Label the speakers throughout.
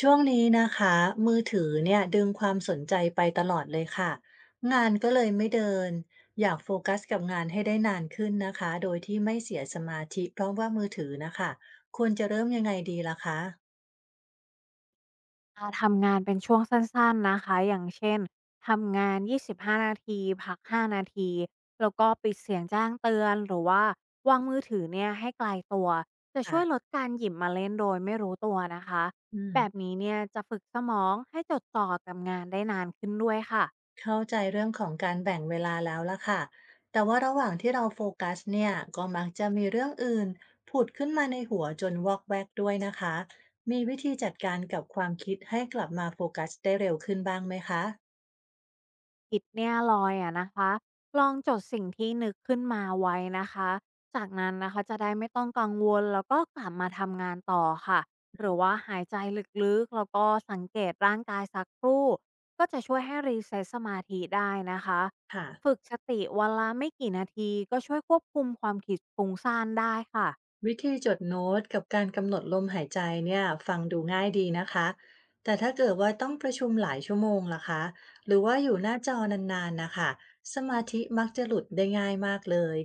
Speaker 1: ช่วงนี้นะคะมือถือเนี่ยดึงความสนใจไปตลอดเลยค่ะงานก็เลยไม่เดินอยากโฟกัสกับงานให้ได้นานขึ้นนะคะโดยที่ไม่เสียสมาธิเพราะว่ามือถือนะคะควรจะเริ่มยังไงดีล่ะคะ
Speaker 2: ทำงานเป็นช่วงสั้นๆนะคะ อย่างเช่น ทำงาน 25 นาทีพัก 5 นาที แล้วก็ปิดเสียงแจ้งเตือนหรือว่าวางมือถือเนี่ยให้ไกลตัว จะช่วยล
Speaker 1: ค่ะ
Speaker 2: ดการหยิบมาเล่นโดยไม่รู้ตัวนะคะ
Speaker 1: อืม
Speaker 2: แบบนี้เนี่ยจะฝึกสมองให้จดจ่อกับงานได้นานขึ้นด้วยค่ะ
Speaker 1: เข้าใจเรื่องของการแบ่งเวลาแล้วล่ะค่ะแต่ว่าระหว่างที่เราโฟกัสเนี่ยก็มักจะมีเรื่องอื่นผุดขึ้นมาในหัวจนวอกแวกด้วยนะคะมีวิธีจัดการกับความคิดให้กลับมาโฟกัสได้เร็วขึ้นบ้างไหมคะ
Speaker 2: คิดเนี่ยลอยอะนะคะลองจดสิ่งที่นึกขึ้นมาไว้นะคะจากนั้นนะคะจะได้ไม่ต้องกังวลแล้วก็กลับมาทำงานต่อค่ะหรือว่าหายใจลึกๆแล้วก็สังเกตร่างกายสักครู่ก็จะช่วยให้รีเซ็ตสมาธิได้นะคะ
Speaker 1: ค่ะ
Speaker 2: ฝึกสติวันละไม่กี่นาทีก็ช่วยควบคุมความคิดฟุ้งซ่านได้ค่ะ
Speaker 1: วิธีจดโน้ตกับการกำหนดลมหายใจเนี่ยฟังดูง่ายดีนะคะแต่ถ้าเกิดว่าต้องประชุมหลายชั่วโมงล่ะคะหรือว่าอยู่หน้าจอนานๆนะคะสมาธิมักจะหลุดได้ง่ายมากเลย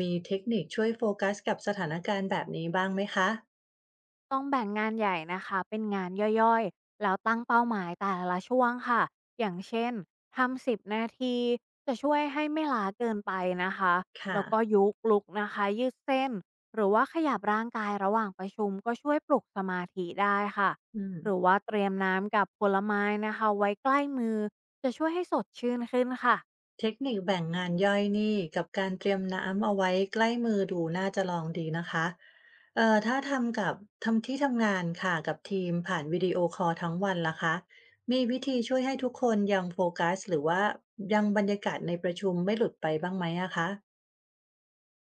Speaker 1: มีเทคนิคช่วยโฟกัสกับสถานการณ์แบบนี้บ้างไหมคะ
Speaker 2: ต้องแบ่งงานใหญ่นะคะเป็นงานย่อยๆแล้วตั้งเป้าหมายแต่ละช่วงค่ะอย่างเช่นทำ 10 นาทีจะช่วยให้ไม่ล้าเกินไปนะคะ
Speaker 1: ค่ะ
Speaker 2: แล้วก็ยุกลุกนะคะยืดเส้นหรือว่าขยับร่างกายระหว่างประชุมก็ช่วยปลุกสมาธิได้ค่ะ
Speaker 1: อืม
Speaker 2: หรือว่าเตรียมน้ำกับผลไม้นะคะไว้ใกล้มือจะช่วยให้สดชื่นขึ้นค่ะ
Speaker 1: เทคนิคแบ่งงานย่อยนี่กับการเตรียมน้ำเอาไว้ใกล้มือดูน่าจะลองดีนะคะถ้าทำกับทำที่ทำงานค่ะกับทีมผ่านวิดีโอคอลทั้งวันล่ะคะมีวิธีช่วยให้ทุกคนยังโฟกัสหรือว่ายังบรรยากาศในประชุมไม่หลุดไปบ้างไหมอะคะ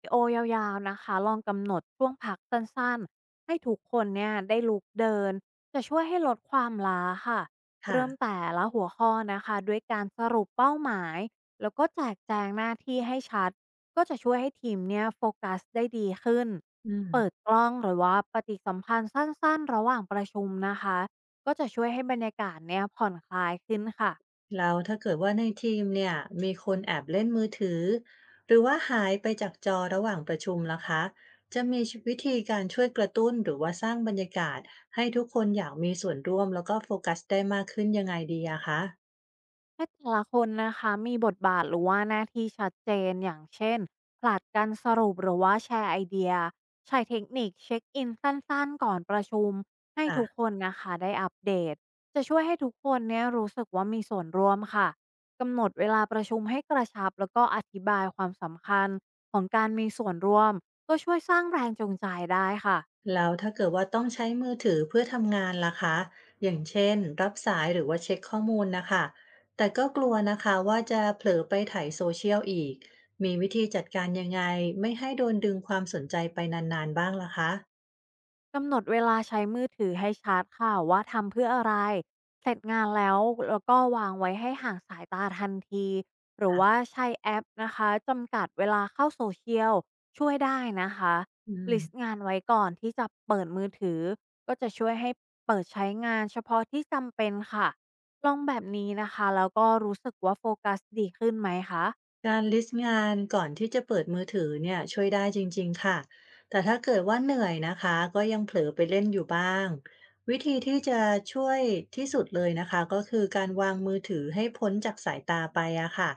Speaker 2: วิดีโอยาวๆนะคะลองกำหนดช่วงพักสั้นๆให้ทุกคนเนี่ยได้ลุกเดินจะช่วยให้ลดความล้าค่ะ
Speaker 1: ค่ะ
Speaker 2: เริ่มแต่ละหัวข้อนะคะด้วยการสรุปเป้าหมายแล้วก็แจกแจงหน้าที่ให้ชัดก็จะช่วยให้ทีมเนี่ยโฟกัสได้ดีขึ้น
Speaker 1: อืม
Speaker 2: เปิดกล้องหรือว่าปฏิสัมพันธ์สั้นๆระหว่างประชุมนะคะก็จะช่วยให้บรรยากาศเนี่ยผ่อนคลายขึ้นค่ะ
Speaker 1: แล้วถ้าเกิดว่าในทีมเนี่ยมีคนแอบเล่นมือถือหรือว่าหายไปจากจอระหว่างประชุมล่ะคะจะมีวิธีการช่วยกระตุ้นหรือว่าสร้างบรรยากาศให้ทุกคนอยากมีส่วนร่วมแล้วก็โฟกัสได้มากขึ้นยังไงดีอะคะ
Speaker 2: ถ้าแต่ละคนนะคะมีบทบาทหรือว่าหน้าที่ชัดเจนอย่างเช่นผลัดกันสรุปหรือว่าแชร์ไอเดียใช้เทคนิคเช็คอินสั้นๆก่อนประชุมให้
Speaker 1: ค่ะ
Speaker 2: ทุกคนนะคะได้อัปเดตจะช่วยให้ทุกคนเนี่ยรู้สึกว่ามีส่วนร่วมค่ะกำหนดเวลาประชุมให้กระชับแล้วก็อธิบายความสำคัญของการมีส่วนร่วมก็ช่วยสร้างแรงจูงใจได้ค่ะ
Speaker 1: แล้วถ้าเกิดว่าต้องใช้มือถือเพื่อทำงานล่ะคะอย่างเช่นรับสายหรือว่าเช็คข้อมูลนะคะแต่ก็กลัวนะคะว่าจะเผลอไปไถ่ายโซเชียลอีกมีวิธีจัดการยังไงไม่ให้โดนดึงความสนใจไปนานๆบ้างล่ะคะ
Speaker 2: กำหนดเวลาใช้มือถือให้ชัดค่ะว่าทำเพื่ออะไรเสร็จงานแล้วแล้วก็วางไว้ให้ห่างสายตาทันทีหรือว่า
Speaker 1: ค่ะ
Speaker 2: ใช้แอปนะคะจำกัดเวลาเข้าโซเชียลช่วยได้นะคะ
Speaker 1: อืม
Speaker 2: ลิสต์งานไว้ก่อนที่จะเปิดมือถือก็จะช่วยให้เปิดใช้งานเฉพาะที่จำเป็นค่ะลองแบบนี้นะคะแล้วก็รู้สึกว่าโฟกัสดีขึ้นไหมคะ
Speaker 1: การลิสต์งานก่อนที่จะเปิดมือถือเนี่ยช่วยได้จริงๆค่ะแต่ถ้าเกิดว่าเหนื่อยนะคะก็ยังเผลอไปเล่นอยู่บ้างวิธีที่จะช่วยที่สุดเลยนะคะก็คือการวางมือถือให้พ้นจากสายตาไปอะค่ะ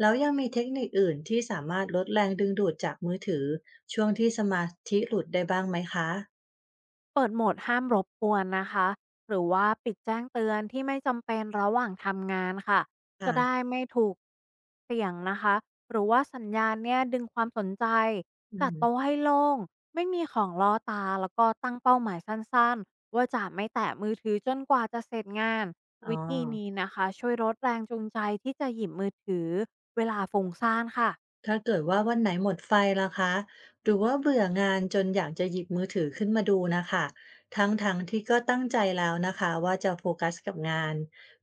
Speaker 1: แล้วยังมีเทคนิคอื่นที่สามารถลดแรงดึงดูดจากมือถือช่วงที่สมาธิหลุดได้บ้างไหมคะ
Speaker 2: เปิดโหมดห้ามรบกวนนะคะหรือว่าปิดแจ้งเตือนที่ไม่จำเป็นระหว่างทำงานค่ะจะได้
Speaker 1: ค่ะ
Speaker 2: ไม่ถูกเสี่ยงนะคะหรือว่าสัญญาณเนี่ยดึงความสนใจ
Speaker 1: อื
Speaker 2: จัด
Speaker 1: ม
Speaker 2: โต๊ะให้โล่งไม่มีของล่อตาแล้วก็ตั้งเป้าหมายสั้นๆว่าจะไม่แตะมือถือจนกว่าจะเสร็จงาน
Speaker 1: อ๋อ
Speaker 2: วิธีนี้นะคะช่วยลดแรงจูงใจที่จะหยิบมือถือเวลาฟุ้งซ่านค่ะ
Speaker 1: ถ้าเกิดว่าวันไหนหมดไฟล่ะคะหรือว่าเบื่องานจนอยากจะหยิบมือถือขึ้นมาดูนะคะทั้งๆที่ก็ตั้งใจแล้วนะคะว่าจะโฟกัสกับงาน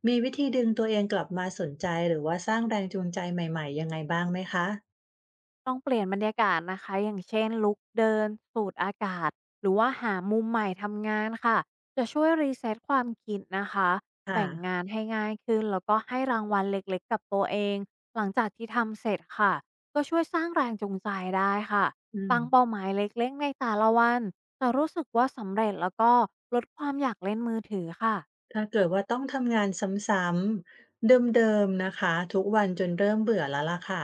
Speaker 1: มีวิธีดึงตัวเองกลับมาสนใจหรือว่าสร้างแรงจูงใจใหม่ๆยังไงบ้างไหมคะ
Speaker 2: ต้องเปลี่ยนบรรยากาศนะคะอย่างเช่นลุกเดินสูดอากาศหรือว่าหามุมใหม่ทำงานค่ะจะช่วยรีเซ็ตความคิดนะคะ
Speaker 1: ค่ะ
Speaker 2: แบ่งงานให้ง่ายขึ้นแล้วก็ให้รางวัลเล็กๆกับตัวเองหลังจากที่ทำเสร็จค่ะก็ช่วยสร้างแรงจูงใจได้ค่ะ
Speaker 1: อืม
Speaker 2: ตั้งเป้าหมายเล็กๆในแต่ละวันจะรู้สึกว่าสำเร็จแล้วก็ลดความอยากเล่นมือถือค่ะ
Speaker 1: ถ้าเกิดว่าต้องทำงานซ้ำๆเดิมๆนะคะทุกวันจนเริ่มเบื่อแล้วล่ะค่ะ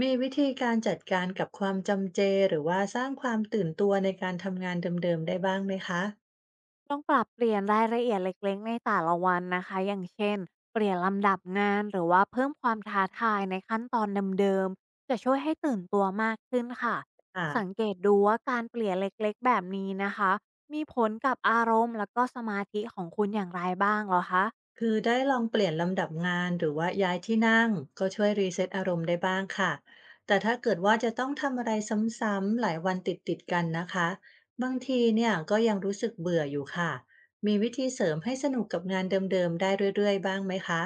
Speaker 1: มีวิธีการจัดการกับความจำเจหรือว่าสร้างความตื่นตัวในการทำงานเดิมๆได้บ้างไหมคะ
Speaker 2: ลองปรับเปลี่ยนรายละเอียดเล็กๆในแต่ละวันนะคะอย่างเช่นเปลี่ยนลำดับงานหรือว่าเพิ่มความท้าทายในขั้นตอนเดิมๆ จะช่วยให้ตื่นตัวมากขึ้นค่ะ สัง
Speaker 1: ค่ะ
Speaker 2: เกตดูว่าการเปลี่ยนเล็กๆแบบนี้นะคะ มีผลกับอารมณ์แล้วก็สมาธิของคุณอย่างไรบ้างเหรอคะ
Speaker 1: คือได้ลองเปลี่ยนลำดับงานหรือว่าย้ายที่นั่งก็ช่วยรีเซ็ตอารมณ์ได้บ้างค่ะแต่ถ้าเกิดว่าจะต้องทำอะไรซ้ำๆหลายวันติดๆกันนะคะบางทีเนี่ยก็ยังรู้สึกเบื่ออยู่ค่ะมีวิธีเสริมให้สนุกกับงานเดิมๆได้เรื่อยๆบ้างไหมคะ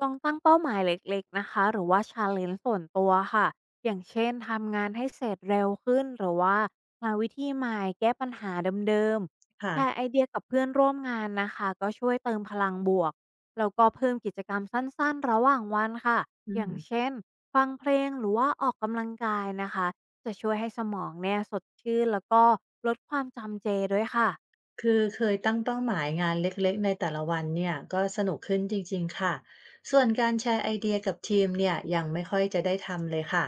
Speaker 2: ลองตั้งเป้าหมายเล็กๆนะคะหรือว่าชาเลนจ์ส่วนตัวค่ะอย่างเช่นทำงานให้เสร็จเร็วขึ้นหรือว่าหาวิธีใหม่แก้ปัญหาเดิมๆ
Speaker 1: ค่ะ
Speaker 2: แชร์ไอเดียกับเพื่อนร่วมงานนะคะก็ช่วยเติมพลังบวกแล้วก็เพิ่มกิจกรรมสั้นๆระหว่างวันค่ะ
Speaker 1: อื
Speaker 2: อย่า
Speaker 1: ม
Speaker 2: งเช่นฟังเพลงหรือว่าออกกำลังกายนะคะจะช่วยให้สมองเนี่ยสดชื่นแล้วก็ลดความจำเจด้วยค่ะ
Speaker 1: คือเคยตั้งเป้าหมายงานเล็กๆในแต่ละวันเนี่ยก็สนุกขึ้นจริงๆค่ะส่วนการแชร์ไอเดียกับทีมเนี่ยยังไม่ค่อยจะได้ทำเลยค่ะ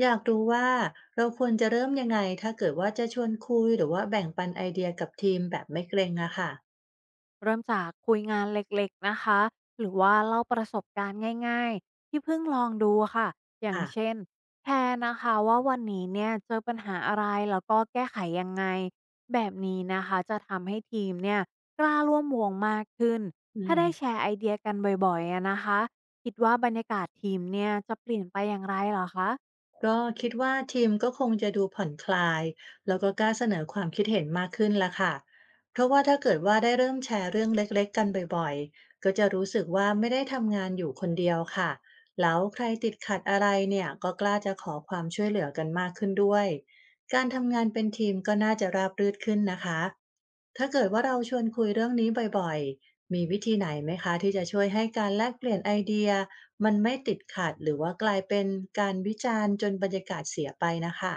Speaker 1: อยากรู้ว่าเราควรจะเริ่มยังไงถ้าเกิดว่าจะชวนคุยหรือว่าแบ่งปันไอเดียกับทีมแบบไม่เกรงอะค่ะ
Speaker 2: เริ่มจากคุยงานเล็กๆนะคะหรือว่าเล่าประสบการณ์ง่ายๆที่เพิ่งลองดูค่ะอย่าง
Speaker 1: ค่ะ
Speaker 2: เช่นแชร์นะคะว่าวันนี้เนี่ยเจอปัญหาอะไรแล้วก็แก้ไขยังไงแบบนี้นะคะจะทำให้ทีมเนี่ยกล้าร่วมวงมากขึ้น
Speaker 1: อื
Speaker 2: ถ้า
Speaker 1: ม
Speaker 2: ได้แชร์ไอเดียกันบ่อยๆอะนะคะคิดว่าบรรยากาศทีมเนี่ยจะเปลี่ยนไปอย่างไรเหรอคะ
Speaker 1: ก็คิดว่าทีมก็คงจะดูผ่อนคลายแล้วก็กล้าเสนอความคิดเห็นมากขึ้นละค่ะเพราะว่าถ้าเกิดว่าได้เริ่มแชร์เรื่องเล็กๆกันบ่อยๆก็จะรู้สึกว่าไม่ได้ทำงานอยู่คนเดียวค่ะแล้วใครติดขัดอะไรเนี่ยก็กล้าจะขอความช่วยเหลือกันมากขึ้นด้วยการทำงานเป็นทีมก็น่าจะราบรื่นขึ้นนะคะถ้าเกิดว่าเราชวนคุยเรื่องนี้บ่อยๆมีวิธีไหนไหมคะที่จะช่วยให้การแลกเปลี่ยนไอเดีย มันไม่ติดขัดหรือว่ากลายเป็นการวิจารณ์จนบรรยากาศเสียไปน่ะค่ะ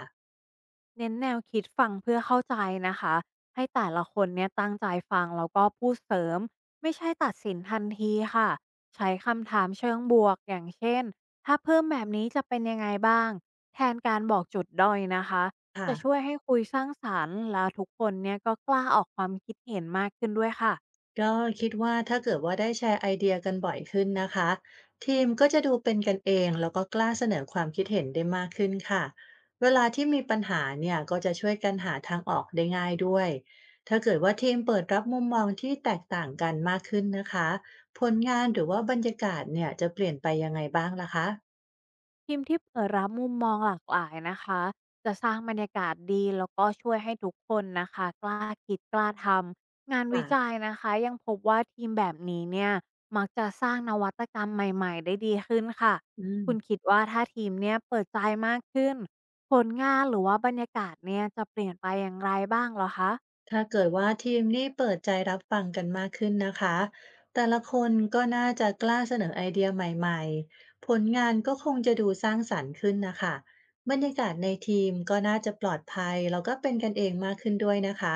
Speaker 2: เน้นแนวคิดฟังเพื่อเข้าใจนะคะให้แต่ละคนเนี่ยตั้งใจฟังแล้วก็พูดเสริมไม่ใช่ตัดสินทันทีค่ะใช้คำถามเชิงบวกอย่างเช่นถ้าเพิ่มแบบนี้จะเป็นยังไงบ้างแทนการบอกจุดด้อยนะคะ
Speaker 1: ค่ะ
Speaker 2: จะช่วยให้คุยสร้างสารรค์และทุกคนเนี่ยก็กล้าออกความคิดเห็นมากขึ้นด้วยค่ะ
Speaker 1: ก็คิดว่าถ้าเกิดว่าได้แชร์ไอเดียกันบ่อยขึ้นนะคะทีมก็จะดูเป็นกันเองแล้วก็กล้าเสนอความคิดเห็นได้มากขึ้นค่ะเวลาที่มีปัญหาเนี่ยก็จะช่วยกันหาทางออกได้ง่ายด้วยถ้าเกิดว่าทีมเปิดรับมุมมองที่แตกต่างกันมากขึ้นนะคะผลงานหรือว่าบรรยากาศเนี่ยจะเปลี่ยนไปยังไงบ้างล่ะคะ
Speaker 2: ทีมที่เปิดรับมุมมองหลากหลายนะคะจะสร้างบรรยากาศดีแล้วก็ช่วยให้ทุกคนนะคะกล้าคิดกล้าทำงาน
Speaker 1: ค่ะ
Speaker 2: วิจัยนะคะยังพบว่าทีมแบบนี้เนี่ยมักจะสร้างนวัตกรรมใหม่ๆได้ดีขึ้นค่ะ
Speaker 1: อื
Speaker 2: คุณ
Speaker 1: ม
Speaker 2: คิดว่าถ้าทีมเนี่ยเปิดใจมากขึ้นผลงานหรือว่าบรรยากาศเนี่ยจะเปลี่ยนไปอย่างไรบ้างเหรอคะ
Speaker 1: ถ้าเกิดว่าทีมนี่เปิดใจรับฟังกันมากขึ้นนะคะแต่ละคนก็น่าจะกล้าเสนอไอเดียใหม่ๆผลงานก็คงจะดูสร้างสรรค์ขึ้นนะคะบรรยากาศในทีมก็น่าจะปลอดภัยแล้วก็เป็นกันเองมากขึ้นด้วยนะคะ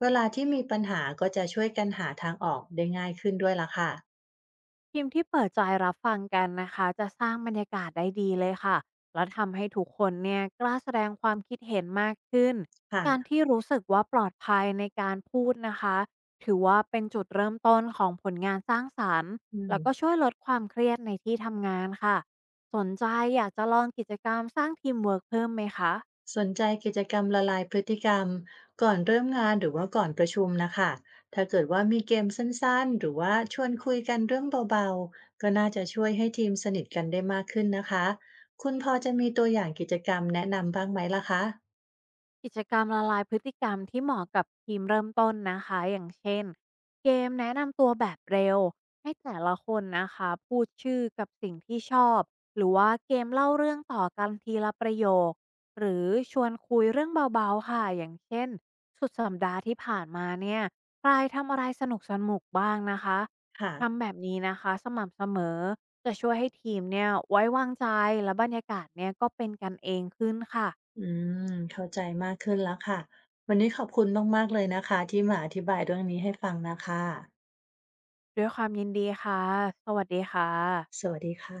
Speaker 1: เวลาที่มีปัญหาก็จะช่วยกันหาทางออกได้ง่ายขึ้นด้วยล่ะค่ะ
Speaker 2: ทีมที่เปิดใจรับฟังกันนะคะจะสร้างบรรยากาศได้ดีเลยค่ะแล้วทำให้ทุกคนเนี่ยกล้าแสดงความคิดเห็นมากขึ้นการ
Speaker 1: ค่ะ
Speaker 2: ที่รู้สึกว่าปลอดภัยในการพูดนะคะถือว่าเป็นจุดเริ่มต้นของผลงานสร้างสารรค์
Speaker 1: อืม
Speaker 2: แล้วก็ช่วยลดความเครียดในที่ทำงานค่ะสนใจอยากจะลองกิจกรรมสร้างทีมเวิร์กเพิ่มไหมคะ
Speaker 1: สนใจกิจกรรมละลายพฤติกรรมก่อนเริ่มงานหรือว่าก่อนประชุมนะคะถ้าเกิดว่ามีเกมสั้นๆหรือว่าชวนคุยกันเรื่องเบาๆก็น่าจะช่วยให้ทีมสนิทกันได้มากขึ้นนะคะคุณพอจะมีตัวอย่างกิจกรรมแนะนำบ้างไหมล่ะคะ
Speaker 2: กิจกรรมละลายพฤติกรรมที่เหมาะกับทีมเริ่มต้นนะคะอย่างเช่นเกมแนะนำตัวแบบเร็วให้แต่ละคนนะคะพูดชื่อกับสิ่งที่ชอบหรือว่าเกมเล่าเรื่องต่อกันทีละประโยคหรือชวนคุยเรื่องเบาๆค่ะอย่างเช่นสุดสัปดาห์ที่ผ่านมาเนี่ยใครทำอะไรสนุกสนุกบ้างนะคะ
Speaker 1: ค่ะ
Speaker 2: ทำแบบนี้นะคะสม่ำเสมอจะช่วยให้ทีมเนี่ยไว้วางใจและบรรยากาศเนี่ยก็เป็นกันเองขึ้นค่ะ
Speaker 1: อืมเข้าใจมากขึ้นแล้วค่ะวันนี้ขอบคุณมากๆเลยนะคะที่มาอธิบายเรื่องนี้ให้ฟังนะคะ
Speaker 2: ด้วยความยินดีค่ะ สวัสดีค่ะ
Speaker 1: สวัสดีค่ะ